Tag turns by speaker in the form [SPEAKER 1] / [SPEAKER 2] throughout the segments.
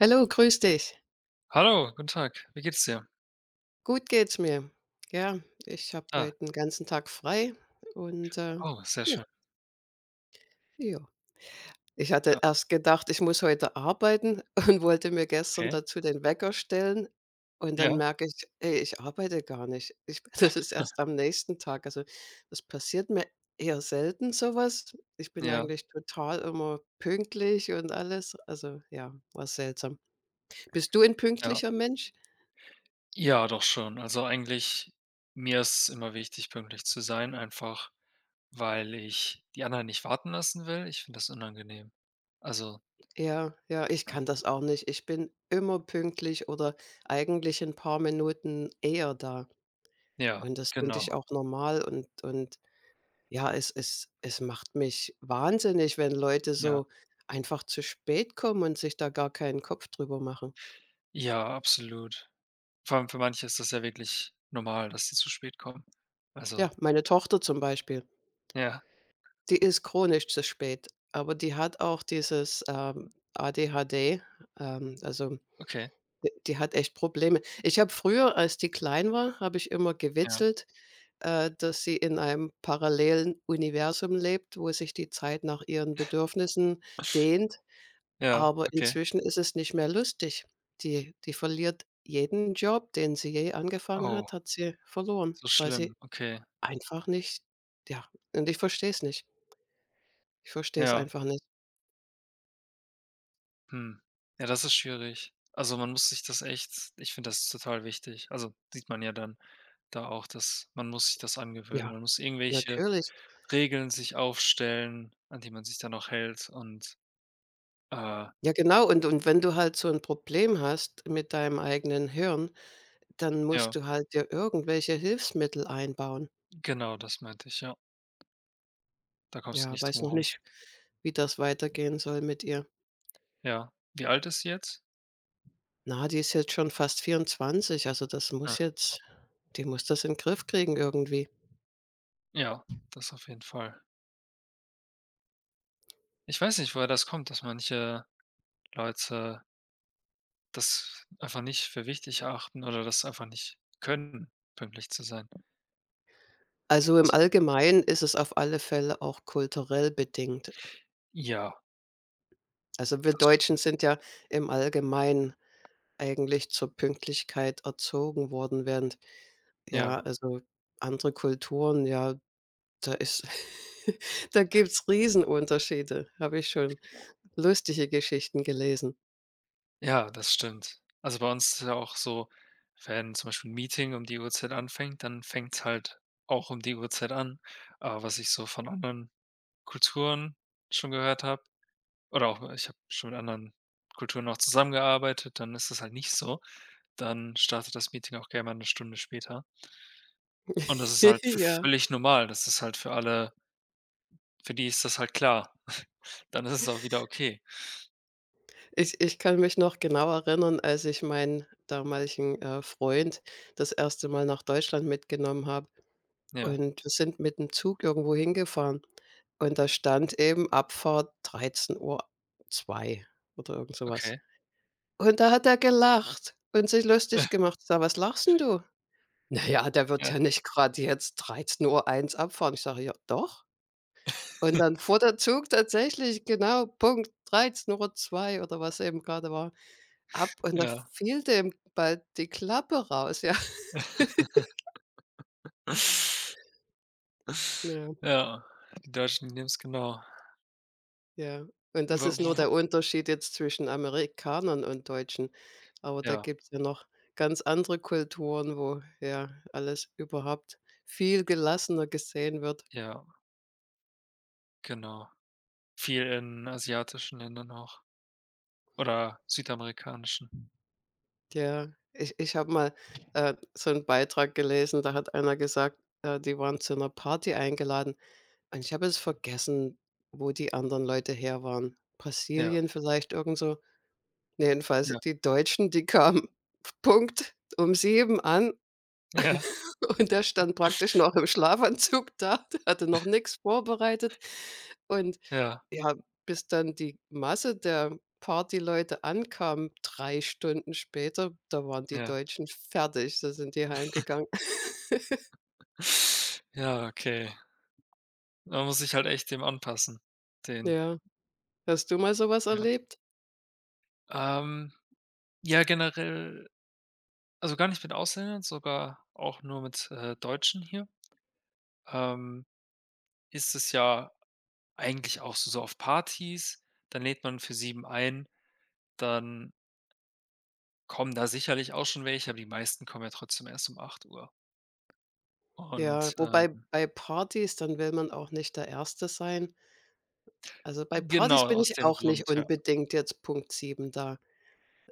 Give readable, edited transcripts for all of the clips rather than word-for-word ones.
[SPEAKER 1] Hallo, grüß dich.
[SPEAKER 2] Hallo, guten Tag. Wie geht's dir?
[SPEAKER 1] Gut geht's mir. Ja, ich habe
[SPEAKER 2] Ah,
[SPEAKER 1] heute 'n ganzen Tag frei und,
[SPEAKER 2] oh, sehr
[SPEAKER 1] ja,
[SPEAKER 2] schön.
[SPEAKER 1] ja. Ich hatte
[SPEAKER 2] Ja,
[SPEAKER 1] erst gedacht, ich muss heute arbeiten und wollte mir gestern
[SPEAKER 2] okay.
[SPEAKER 1] dazu den Wecker stellen, und dann
[SPEAKER 2] Ja,
[SPEAKER 1] merke ich: „Ey, ich arbeite gar nicht." Ich Das ist erst am nächsten Tag. Also, das passiert mir eher selten so was. Ich bin
[SPEAKER 2] ja,
[SPEAKER 1] eigentlich total immer pünktlich und alles. Also, ja, war seltsam. Bist du ein
[SPEAKER 2] ja.
[SPEAKER 1] pünktlicher Mensch?
[SPEAKER 2] Ja, doch schon. Also, eigentlich mir ist immer wichtig, pünktlich zu sein, einfach weil ich die anderen nicht warten lassen will. Ich finde das unangenehm. Also,
[SPEAKER 1] Ja, ja, ich
[SPEAKER 2] ja.
[SPEAKER 1] kann das auch nicht. Ich bin immer pünktlich oder eigentlich ein paar Minuten eher da.
[SPEAKER 2] Ja,
[SPEAKER 1] Und das finde
[SPEAKER 2] genau.
[SPEAKER 1] ich auch normal, und ja, es macht mich wahnsinnig, wenn Leute
[SPEAKER 2] Ja.
[SPEAKER 1] so einfach zu spät kommen und sich da gar keinen Kopf drüber machen.
[SPEAKER 2] Ja, absolut. Vor allem für manche ist das ja wirklich normal, dass sie zu spät kommen. Also,
[SPEAKER 1] Ja, meine Tochter zum Beispiel,
[SPEAKER 2] ja,
[SPEAKER 1] die ist chronisch zu spät, aber die hat auch dieses, ADHD, also
[SPEAKER 2] okay.
[SPEAKER 1] D die hat echt Probleme. Ich habe früher, als die klein war, habe ich immer
[SPEAKER 2] Ja,
[SPEAKER 1] gewitzelt, dass sie in einem parallelen Universum lebt, wo sich die Zeit nach ihren Bedürfnissen dehnt,
[SPEAKER 2] ja,
[SPEAKER 1] aber
[SPEAKER 2] okay.
[SPEAKER 1] inzwischen ist es nicht mehr lustig. Die verliert jeden Job, den sie je angefangen
[SPEAKER 2] Oh,
[SPEAKER 1] hat, hat sie verloren,
[SPEAKER 2] so
[SPEAKER 1] weil
[SPEAKER 2] schlimm.
[SPEAKER 1] sie
[SPEAKER 2] Okay,
[SPEAKER 1] einfach nicht, ja, und ich verstehe es nicht. Ich verstehe es
[SPEAKER 2] ja.
[SPEAKER 1] einfach nicht.
[SPEAKER 2] Hm. Ja, das ist schwierig. Also, man muss sich das echt ich finde das total wichtig. Also, sieht man ja dann da auch, dass man muss sich das angewöhnen.
[SPEAKER 1] Ja,
[SPEAKER 2] Man muss irgendwelche
[SPEAKER 1] natürlich.
[SPEAKER 2] Regeln sich aufstellen, an die man sich dann auch hält und, äh
[SPEAKER 1] Ja, genau. Und wenn du halt so ein Problem hast mit deinem eigenen Hirn, dann musst
[SPEAKER 2] ja,
[SPEAKER 1] du halt dir irgendwelche Hilfsmittel einbauen.
[SPEAKER 2] genau, das meinte ich, ja. Da kommst du
[SPEAKER 1] Ja,
[SPEAKER 2] nicht drum
[SPEAKER 1] weiß noch
[SPEAKER 2] herum.
[SPEAKER 1] nicht, wie das weitergehen soll mit ihr.
[SPEAKER 2] Ja. Wie alt ist sie jetzt?
[SPEAKER 1] Na, die ist jetzt schon fast 24, also das muss
[SPEAKER 2] Ah,
[SPEAKER 1] jetzt die muss das in 'n Griff kriegen irgendwie.
[SPEAKER 2] ja, das auf jeden Fall. Ich weiß nicht, woher das kommt, dass manche Leute das einfach nicht für wichtig achten oder das einfach nicht können, pünktlich zu sein.
[SPEAKER 1] Also, im
[SPEAKER 2] Also
[SPEAKER 1] Allgemeinen ist es auf alle Fälle auch kulturell bedingt.
[SPEAKER 2] ja.
[SPEAKER 1] Also, wir
[SPEAKER 2] Das
[SPEAKER 1] Deutschen
[SPEAKER 2] stimmt.
[SPEAKER 1] sind ja im Allgemeinen eigentlich zur Pünktlichkeit erzogen worden, während,
[SPEAKER 2] Ja,
[SPEAKER 1] ja, also, andere Kulturen, ja. Da ist da gibt's Riesenunterschiede, habe ich schon lustige Geschichten gelesen.
[SPEAKER 2] ja, das stimmt. Also, bei uns ist ja auch so, wenn zum Beispiel ein Meeting um die Uhrzeit anfängt, dann fängt es halt auch um die Uhrzeit an. Aber was ich so von anderen Kulturen schon gehört habe oder auch ich habe schon mit anderen Kulturen auch zusammengearbeitet, dann ist das halt nicht so. Dann startet das Meeting auch gerne mal eine Stunde später. Und das ist halt v
[SPEAKER 1] Ja,
[SPEAKER 2] völlig normal. Das ist halt für alle für die ist das halt klar. Dann ist es auch wieder okay.
[SPEAKER 1] ich kann mich noch genau erinnern, als ich meinen damaligen, Freund das erste Mal nach Deutschland mitgenommen habe.
[SPEAKER 2] Ja,
[SPEAKER 1] Und wir sind mit dem Zug irgendwo hingefahren, und da stand eben Abfahrt 13:02 oder irgend sowas.
[SPEAKER 2] okay.
[SPEAKER 1] Und da hat er gelacht und sich lustig gemacht. Ich sage: „Was lachst 'n du? Na ja, der wird
[SPEAKER 2] Ja.
[SPEAKER 1] ja nicht gerade jetzt 13:01 abfahren." Ich sage: „Ja, doch." Und dann fuhr der Zug tatsächlich genau Punkt 13:02 oder was eben gerade war, ab, und da
[SPEAKER 2] Ja.
[SPEAKER 1] fiel dem bald die Klappe raus, ja. Ja,
[SPEAKER 2] Ja, die Deutschen die nehmen es genau.
[SPEAKER 1] ja. Und das
[SPEAKER 2] Wo
[SPEAKER 1] ist
[SPEAKER 2] wo
[SPEAKER 1] nur
[SPEAKER 2] wo
[SPEAKER 1] der Unterschied jetzt zwischen Amerikanern und Deutschen. Aber da
[SPEAKER 2] ja,
[SPEAKER 1] gibt es ja noch ganz andere Kulturen, wo ja alles überhaupt viel gelassener gesehen wird.
[SPEAKER 2] ja, genau. Viel in asiatischen Ländern auch oder südamerikanischen.
[SPEAKER 1] Ja, ich habe mal, so einen Beitrag gelesen, da hat einer gesagt, die waren zu einer Party eingeladen, und ich habe es vergessen, wo die anderen Leute her waren.
[SPEAKER 2] Ja,
[SPEAKER 1] Brasilien vielleicht, irgend so. Ne, jedenfalls
[SPEAKER 2] ja,
[SPEAKER 1] die Deutschen, die kamen Punkt um 7 an,
[SPEAKER 2] ja,
[SPEAKER 1] und der stand praktisch noch im Schlafanzug da, der hatte noch nichts vorbereitet, und
[SPEAKER 2] ja,
[SPEAKER 1] ja, bis dann die Masse der Partyleute ankam, 3 Stunden später, da waren die
[SPEAKER 2] ja.
[SPEAKER 1] Deutschen fertig, da sind die heimgegangen.
[SPEAKER 2] Ja, okay. Man muss sich halt echt dem anpassen, den
[SPEAKER 1] Ja. Hast du mal so was
[SPEAKER 2] ja.
[SPEAKER 1] erlebt?
[SPEAKER 2] Ähm, ja, generell also gar nicht mit Ausländern, sogar auch nur mit, Deutschen hier, ähm, ist es ja eigentlich auch so so auf Partys, dann lädt man für 7 ein, dann Kommen da sicherlich auch schon welche, aber die meisten kommen ja trotzdem erst um acht Uhr
[SPEAKER 1] Ja,
[SPEAKER 2] Und,
[SPEAKER 1] wobei bei Partys, dann will man auch nicht der Erste sein. Also, bei Partys
[SPEAKER 2] genau,
[SPEAKER 1] bin
[SPEAKER 2] aus
[SPEAKER 1] ich
[SPEAKER 2] dem
[SPEAKER 1] auch nicht
[SPEAKER 2] Grund, ja.
[SPEAKER 1] unbedingt jetzt Punkt 7 da.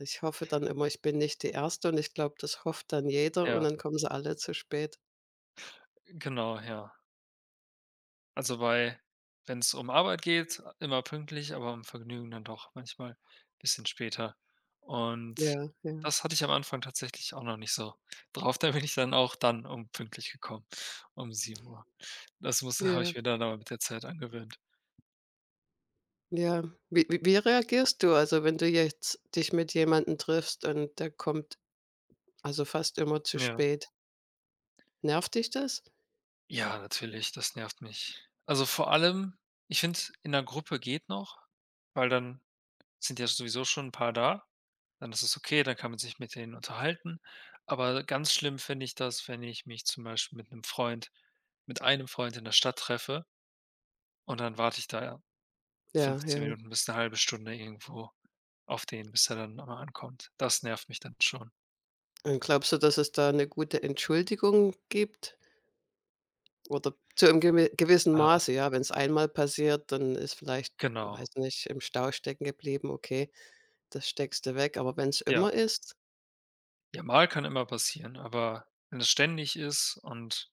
[SPEAKER 1] Ich hoffe dann immer, ich bin nicht die Erste, und ich glaube, das hofft dann jeder, und
[SPEAKER 2] Ja,
[SPEAKER 1] dann kommen sie alle zu spät.
[SPEAKER 2] genau, ja. Also, bei wenn es um Arbeit geht, immer pünktlich, aber um Vergnügen dann doch manchmal ein bisschen später. Und
[SPEAKER 1] Ja, ja,
[SPEAKER 2] das hatte ich am Anfang tatsächlich auch noch nicht so drauf. Da bin ich dann auch dann um pünktlich gekommen, um sieben Uhr. Das muss habe
[SPEAKER 1] ja.
[SPEAKER 2] ich mir dann aber mit der Zeit angewöhnt.
[SPEAKER 1] Ja. Wie reagierst du? Also, wenn du jetzt dich mit jemandem triffst und der kommt, also, fast immer zu
[SPEAKER 2] Ja.
[SPEAKER 1] spät. Nervt dich das?
[SPEAKER 2] Ja, natürlich, das nervt mich. Also, vor allem ich finde, in der Gruppe geht noch, weil dann sind ja sowieso schon ein paar da. Dann ist es okay, dann kann man sich mit denen unterhalten. Aber ganz schlimm finde ich das, wenn ich mich zum Beispiel mit einem Freund in der Stadt treffe und dann warte ich da
[SPEAKER 1] Ja,
[SPEAKER 2] 15
[SPEAKER 1] ja.
[SPEAKER 2] Minuten bis eine halbe Stunde irgendwo auf den, bis er dann mal ankommt. Das nervt mich dann schon.
[SPEAKER 1] Und glaubst du, dass es da eine gute Entschuldigung gibt? Oder zu einem gewissen
[SPEAKER 2] Äh,
[SPEAKER 1] Maße, ja? Wenn es einmal passiert, dann ist vielleicht,
[SPEAKER 2] genau,
[SPEAKER 1] weiß nicht, im Stau stecken geblieben, okay, das steckst du weg. Aber wenn es
[SPEAKER 2] ja.
[SPEAKER 1] immer ist?
[SPEAKER 2] Ja, mal kann immer passieren, aber wenn es ständig ist und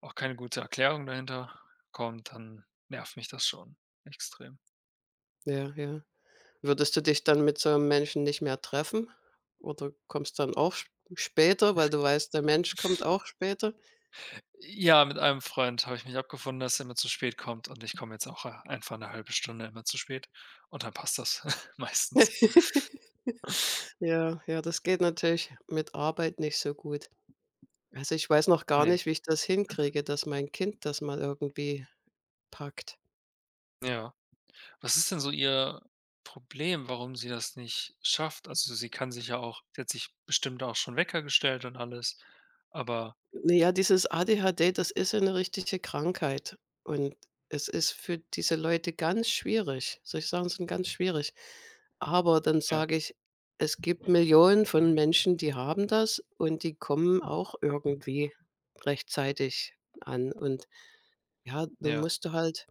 [SPEAKER 2] auch keine gute Erklärung dahinter kommt, dann nervt mich das schon extrem.
[SPEAKER 1] Ja, ja. Würdest du dich dann mit so einem Menschen nicht mehr treffen? Oder kommst dann auch sp später, weil du weißt, der Mensch kommt auch später?
[SPEAKER 2] Ja, mit einem Freund habe ich mich abgefunden, dass er immer zu spät kommt und ich komme jetzt auch, einfach eine halbe Stunde immer zu spät und dann passt das meistens.
[SPEAKER 1] Ja, ja, das geht natürlich mit Arbeit nicht so gut. Also, ich weiß noch gar
[SPEAKER 2] Ne,
[SPEAKER 1] nicht, wie ich das hinkriege, dass mein Kind das mal irgendwie packt.
[SPEAKER 2] ja. Was ist denn so Ihr Problem, warum sie das nicht schafft? Also, sie kann sich ja auch sie hat sich bestimmt auch schon Wecker gestellt und alles, aber
[SPEAKER 1] Na ja, dieses ADHD, das ist ja eine richtige Krankheit, und es ist für diese Leute ganz schwierig. Solche Sachen sind ganz schwierig. Aber dann
[SPEAKER 2] ja,
[SPEAKER 1] sage ich: „Es gibt Millionen von Menschen, die haben das, und die kommen auch irgendwie rechtzeitig an." Und ja, dann
[SPEAKER 2] ja,
[SPEAKER 1] musst du halt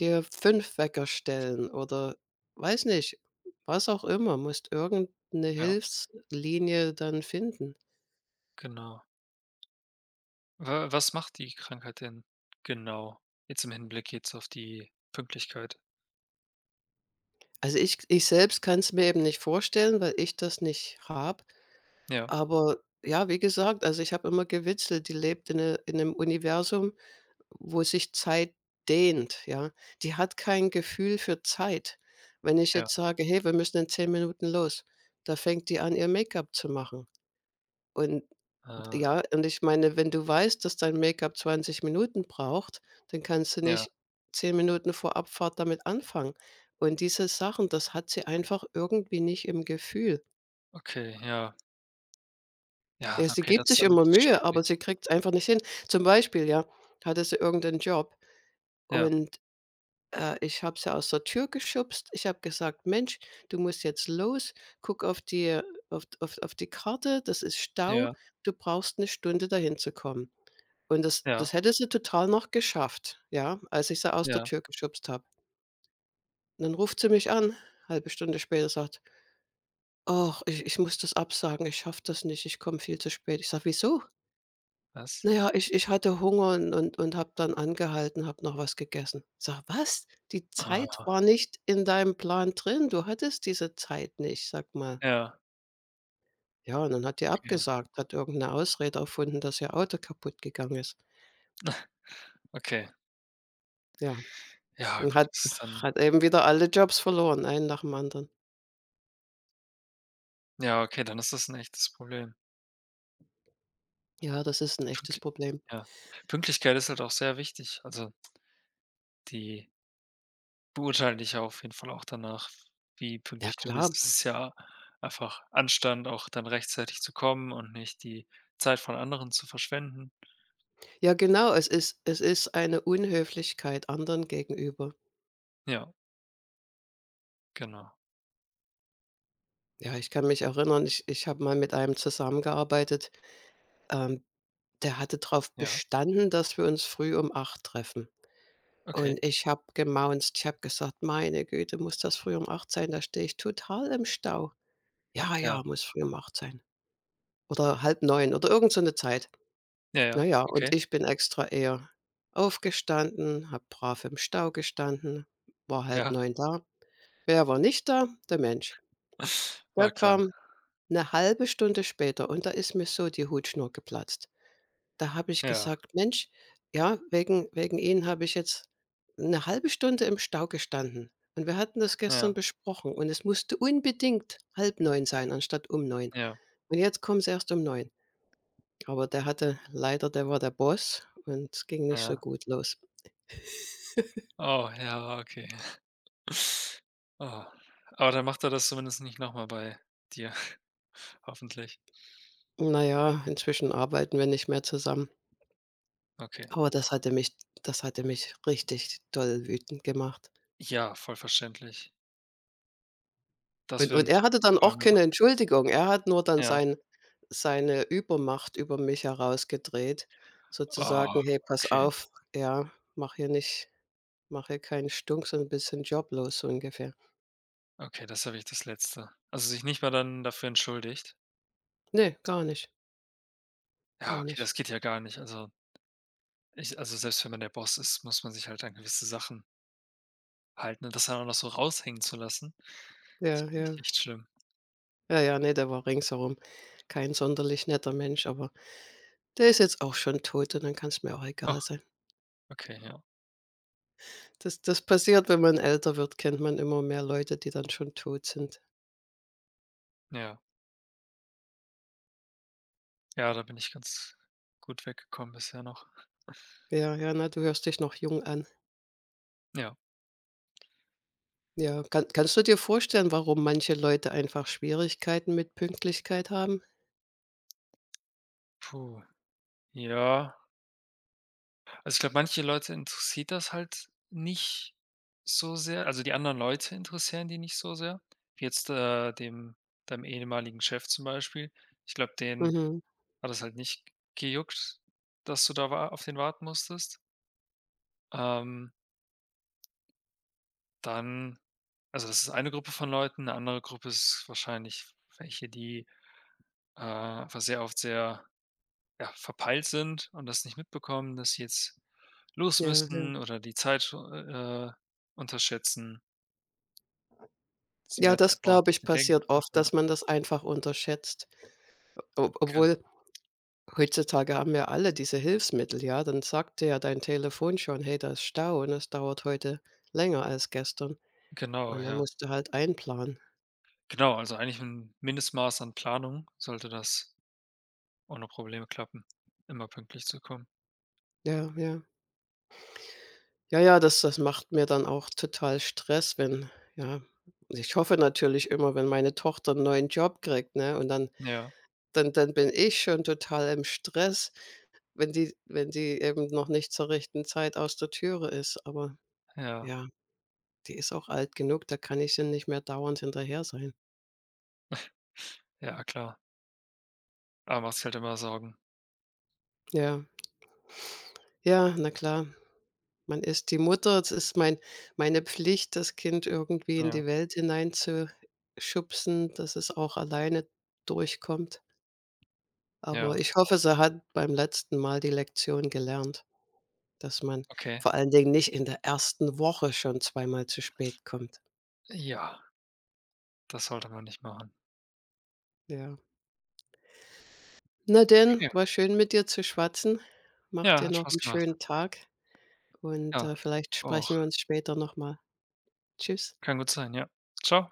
[SPEAKER 1] dir 5 Wecker stellen oder weiß nicht, was auch immer, musst irgendeine
[SPEAKER 2] ja,
[SPEAKER 1] Hilfslinie dann finden.
[SPEAKER 2] genau. Wa was macht die Krankheit denn genau? Jetzt im Hinblick jetzt auf die Pünktlichkeit.
[SPEAKER 1] Also, ich selbst kann es mir eben nicht vorstellen, weil ich das nicht habe,
[SPEAKER 2] Ja,
[SPEAKER 1] aber, ja, wie gesagt, also, ich habe immer gewitzelt, die lebt in 'nem Universum, wo sich Zeit dehnt, ja? Die hat kein Gefühl für Zeit. Wenn ich
[SPEAKER 2] ja,
[SPEAKER 1] jetzt sage: „Hey, wir müssen in 10 Minuten los", da fängt die an, ihr Make-up zu machen. Und
[SPEAKER 2] ah,
[SPEAKER 1] ja, und ich meine, wenn du weißt, dass dein Make-up 20 Minuten braucht, dann kannst du
[SPEAKER 2] ja,
[SPEAKER 1] nicht 10 Minuten vor Abfahrt damit anfangen. Und diese Sachen, das hat sie einfach irgendwie nicht im Gefühl.
[SPEAKER 2] okay, ja. Ja,
[SPEAKER 1] Ja, sie
[SPEAKER 2] okay, das
[SPEAKER 1] gibt
[SPEAKER 2] ist
[SPEAKER 1] sich
[SPEAKER 2] dann
[SPEAKER 1] immer
[SPEAKER 2] echt
[SPEAKER 1] Mühe, aber
[SPEAKER 2] schwierig.
[SPEAKER 1] sie kriegt es einfach nicht hin. Zum Beispiel, ja, hatte sie irgendeinen Job
[SPEAKER 2] Ja,
[SPEAKER 1] und, ich habe sie aus der Tür geschubst. Ich habe gesagt: „Mensch, du musst jetzt los. Guck auf die Karte, das ist Stau.
[SPEAKER 2] ja,
[SPEAKER 1] Du brauchst eine Stunde, dahin zu kommen." Und das
[SPEAKER 2] ja,
[SPEAKER 1] das hätte sie total noch geschafft, ja, als ich sie aus der
[SPEAKER 2] ja.
[SPEAKER 1] Tür geschubst habe. Und dann ruft sie mich an, halbe Stunde später, sagt: „Ach, ich muss das absagen, ich schaffe das nicht, ich komme viel zu spät." Ich sage: „Wieso?
[SPEAKER 2] Was?
[SPEAKER 1] Naja, ich hatte Hunger, und und habe dann angehalten, habe noch was gegessen." Sag: „Was? Die Zeit
[SPEAKER 2] Ah,
[SPEAKER 1] war nicht in deinem Plan drin. Du hattest diese Zeit nicht, sag mal."
[SPEAKER 2] ja,
[SPEAKER 1] Ja, und dann hat die
[SPEAKER 2] okay,
[SPEAKER 1] abgesagt, hat irgend 'ne Ausrede erfunden, dass ihr Auto kaputt gegangen ist.
[SPEAKER 2] okay.
[SPEAKER 1] Ja.
[SPEAKER 2] Ja,
[SPEAKER 1] Und
[SPEAKER 2] gut,
[SPEAKER 1] hat
[SPEAKER 2] das ist dann
[SPEAKER 1] hat eben wieder alle Jobs verloren, einen nach dem anderen.
[SPEAKER 2] ja, okay, dann ist das ein echtes Problem.
[SPEAKER 1] Ja, das ist ein echtes
[SPEAKER 2] Pünktli
[SPEAKER 1] Problem.
[SPEAKER 2] ja. Pünktlichkeit ist halt auch sehr wichtig. Also, die Beurteilen dich ja auf jeden Fall auch danach, wie
[SPEAKER 1] Ja,
[SPEAKER 2] pünktlich du
[SPEAKER 1] klar.
[SPEAKER 2] bist. Es ist ja einfach Anstand, auch dann rechtzeitig zu kommen und nicht die Zeit von anderen zu verschwenden.
[SPEAKER 1] Ja, genau, es ist eine Unhöflichkeit anderen gegenüber.
[SPEAKER 2] Ja, genau.
[SPEAKER 1] Ja, ich kann mich erinnern, ich habe mal mit einem zusammengearbeitet, ähm, der hatte darauf
[SPEAKER 2] Ja,
[SPEAKER 1] bestanden, dass wir uns früh um 8 treffen.
[SPEAKER 2] okay.
[SPEAKER 1] Und ich habe gemaunzt. Ich habe gesagt: „Meine Güte, muss das früh um 8 sein? Da stehe ich total im Stau." „Ja, ja,
[SPEAKER 2] Ja,
[SPEAKER 1] muss früh um 8 sein." Oder halb neun oder irgend so eine Zeit.
[SPEAKER 2] ja, ja,
[SPEAKER 1] Na ja,
[SPEAKER 2] okay.
[SPEAKER 1] und ich bin extra eher aufgestanden, habe brav im Stau gestanden, war halb
[SPEAKER 2] Ja,
[SPEAKER 1] neun da. Wer war nicht da? Der Mensch. Der
[SPEAKER 2] war klar.
[SPEAKER 1] kam eine halbe Stunde später, und da ist mir so die Hutschnur geplatzt. Da habe ich
[SPEAKER 2] Ja,
[SPEAKER 1] gesagt: „Mensch, ja, wegen Ihnen habe ich jetzt eine halbe Stunde im Stau gestanden, und wir hatten das gestern
[SPEAKER 2] ja,
[SPEAKER 1] besprochen, und es musste unbedingt halb 9 sein anstatt um neun,
[SPEAKER 2] ja,
[SPEAKER 1] und jetzt kommen Sie erst um 9. Aber der hatte leider, der war der Boss, und es ging nicht so
[SPEAKER 2] ja.
[SPEAKER 1] gut los."
[SPEAKER 2] Oh, ja, okay. Oh, aber dann macht er das zumindest nicht nochmal bei dir, hoffentlich.
[SPEAKER 1] Na ja, inzwischen arbeiten wir nicht mehr zusammen.
[SPEAKER 2] Okay.
[SPEAKER 1] Aber das hatte mich richtig doll wütend gemacht.
[SPEAKER 2] Ja, voll verständlich. Das
[SPEAKER 1] Und
[SPEAKER 2] würde
[SPEAKER 1] und
[SPEAKER 2] mich
[SPEAKER 1] er
[SPEAKER 2] auch
[SPEAKER 1] hatte
[SPEAKER 2] auf die
[SPEAKER 1] dann auch
[SPEAKER 2] Palme
[SPEAKER 1] keine
[SPEAKER 2] bringen.
[SPEAKER 1] Entschuldigung. Er hat nur dann
[SPEAKER 2] Ja.
[SPEAKER 1] seine Übermacht über mich herausgedreht,
[SPEAKER 2] Oh,
[SPEAKER 1] sozusagen: „Hey, pass
[SPEAKER 2] okay.
[SPEAKER 1] auf, ja, mach hier nicht mach hier keinen Stunk, sondern ein bisschen joblos", so ungefähr.
[SPEAKER 2] Okay, das habe ich das Letzte. Also, sich nicht mal dann dafür entschuldigt?
[SPEAKER 1] Ne, gar nicht,
[SPEAKER 2] Ja,
[SPEAKER 1] gar
[SPEAKER 2] okay, das
[SPEAKER 1] nicht.
[SPEAKER 2] geht ja gar nicht. Also, ich also, selbst wenn man der Boss ist, muss man sich halt an gewisse Sachen halten und das dann auch noch so raushängen zu lassen, das
[SPEAKER 1] Ja,
[SPEAKER 2] finde ich
[SPEAKER 1] ja.
[SPEAKER 2] echt schlimm.
[SPEAKER 1] Ja, ja, ne, der war ringsherum kein sonderlich netter Mensch, aber der ist jetzt auch schon tot, und dann kann es mir auch
[SPEAKER 2] Ah,
[SPEAKER 1] egal sein.
[SPEAKER 2] okay, ja.
[SPEAKER 1] Das passiert, wenn man älter wird, kennt man immer mehr Leute, die dann schon tot sind.
[SPEAKER 2] Ja. Ja, da bin ich ganz gut weggekommen bisher noch.
[SPEAKER 1] Ja, ja, na, du hörst dich noch jung an.
[SPEAKER 2] Ja.
[SPEAKER 1] Ja, kannst du dir vorstellen, warum manche Leute einfach Schwierigkeiten mit Pünktlichkeit haben?
[SPEAKER 2] Puh. Ja. Also, ich glaube, manche Leute interessiert das halt nicht so sehr. Also, die anderen Leute interessieren die nicht so sehr. Wie jetzt, dem deinem ehemaligen Chef zum Beispiel. Ich glaube, den
[SPEAKER 1] Mhm.
[SPEAKER 2] Hat es halt nicht gejuckt, dass du da wa auf den warten musstest. Ähm, dann also das ist eine Gruppe von Leuten, 'ne andere Gruppe ist wahrscheinlich welche, die, einfach sehr oft sehr, ja, verpeilt sind und das nicht mitbekommen, dass sie jetzt los
[SPEAKER 1] Ja, ja.
[SPEAKER 2] müssten oder die Zeit, unterschätzen, dass sie
[SPEAKER 1] Ja,
[SPEAKER 2] mehr Zeit
[SPEAKER 1] das,
[SPEAKER 2] brauchen,
[SPEAKER 1] glaube
[SPEAKER 2] als
[SPEAKER 1] ich,
[SPEAKER 2] sie denken.
[SPEAKER 1] passiert oft,
[SPEAKER 2] Ja,
[SPEAKER 1] dass man das einfach unterschätzt. Ob
[SPEAKER 2] gen
[SPEAKER 1] obwohl heutzutage haben wir alle diese Hilfsmittel, ja? Dann sagt dir ja dein Telefon schon: „Hey, da ist Stau, und es dauert heute länger als gestern."
[SPEAKER 2] genau,
[SPEAKER 1] Und dann
[SPEAKER 2] ja.
[SPEAKER 1] musst du halt einplanen.
[SPEAKER 2] Genau, also eigentlich 'n Mindestmaß an Planung sollte das ohne Probleme klappen, immer pünktlich zu kommen.
[SPEAKER 1] Ja, ja. Ja, ja, das macht mir dann auch total Stress, wenn, ja, ich hoffe natürlich immer, wenn meine Tochter einen neuen Job kriegt, ne, und dann
[SPEAKER 2] Ja,
[SPEAKER 1] dann dann bin ich schon total im Stress, wenn die eben noch nicht zur rechten Zeit aus der Türe ist. Aber
[SPEAKER 2] ja.
[SPEAKER 1] ja, die ist auch alt genug, da kann ich sie nicht mehr dauernd hinterher sein.
[SPEAKER 2] Ja, klar. Aber machst dir halt immer Sorgen.
[SPEAKER 1] Ja, ja, na klar. Man ist die Mutter, es ist meine Pflicht, das Kind irgendwie in
[SPEAKER 2] Ja,
[SPEAKER 1] die Welt hineinzuschubsen, dass es auch alleine durchkommt. Aber
[SPEAKER 2] ja,
[SPEAKER 1] ich hoffe, sie hat beim letzten Mal die Lektion gelernt, dass man
[SPEAKER 2] okay.
[SPEAKER 1] vor allen Dingen nicht in der ersten Woche schon zweimal zu spät kommt.
[SPEAKER 2] Ja, das sollte man nicht machen.
[SPEAKER 1] Ja. Na denn,
[SPEAKER 2] Okay.
[SPEAKER 1] war schön mit dir zu schwatzen. Mach
[SPEAKER 2] Ja,
[SPEAKER 1] dir
[SPEAKER 2] hat
[SPEAKER 1] noch
[SPEAKER 2] Spaß
[SPEAKER 1] 'n
[SPEAKER 2] gemacht.
[SPEAKER 1] schönen Tag und,
[SPEAKER 2] Ja,
[SPEAKER 1] vielleicht
[SPEAKER 2] du auch.
[SPEAKER 1] sprechen wir uns später noch mal. Tschüss.
[SPEAKER 2] Kann gut sein, ja. Ciao.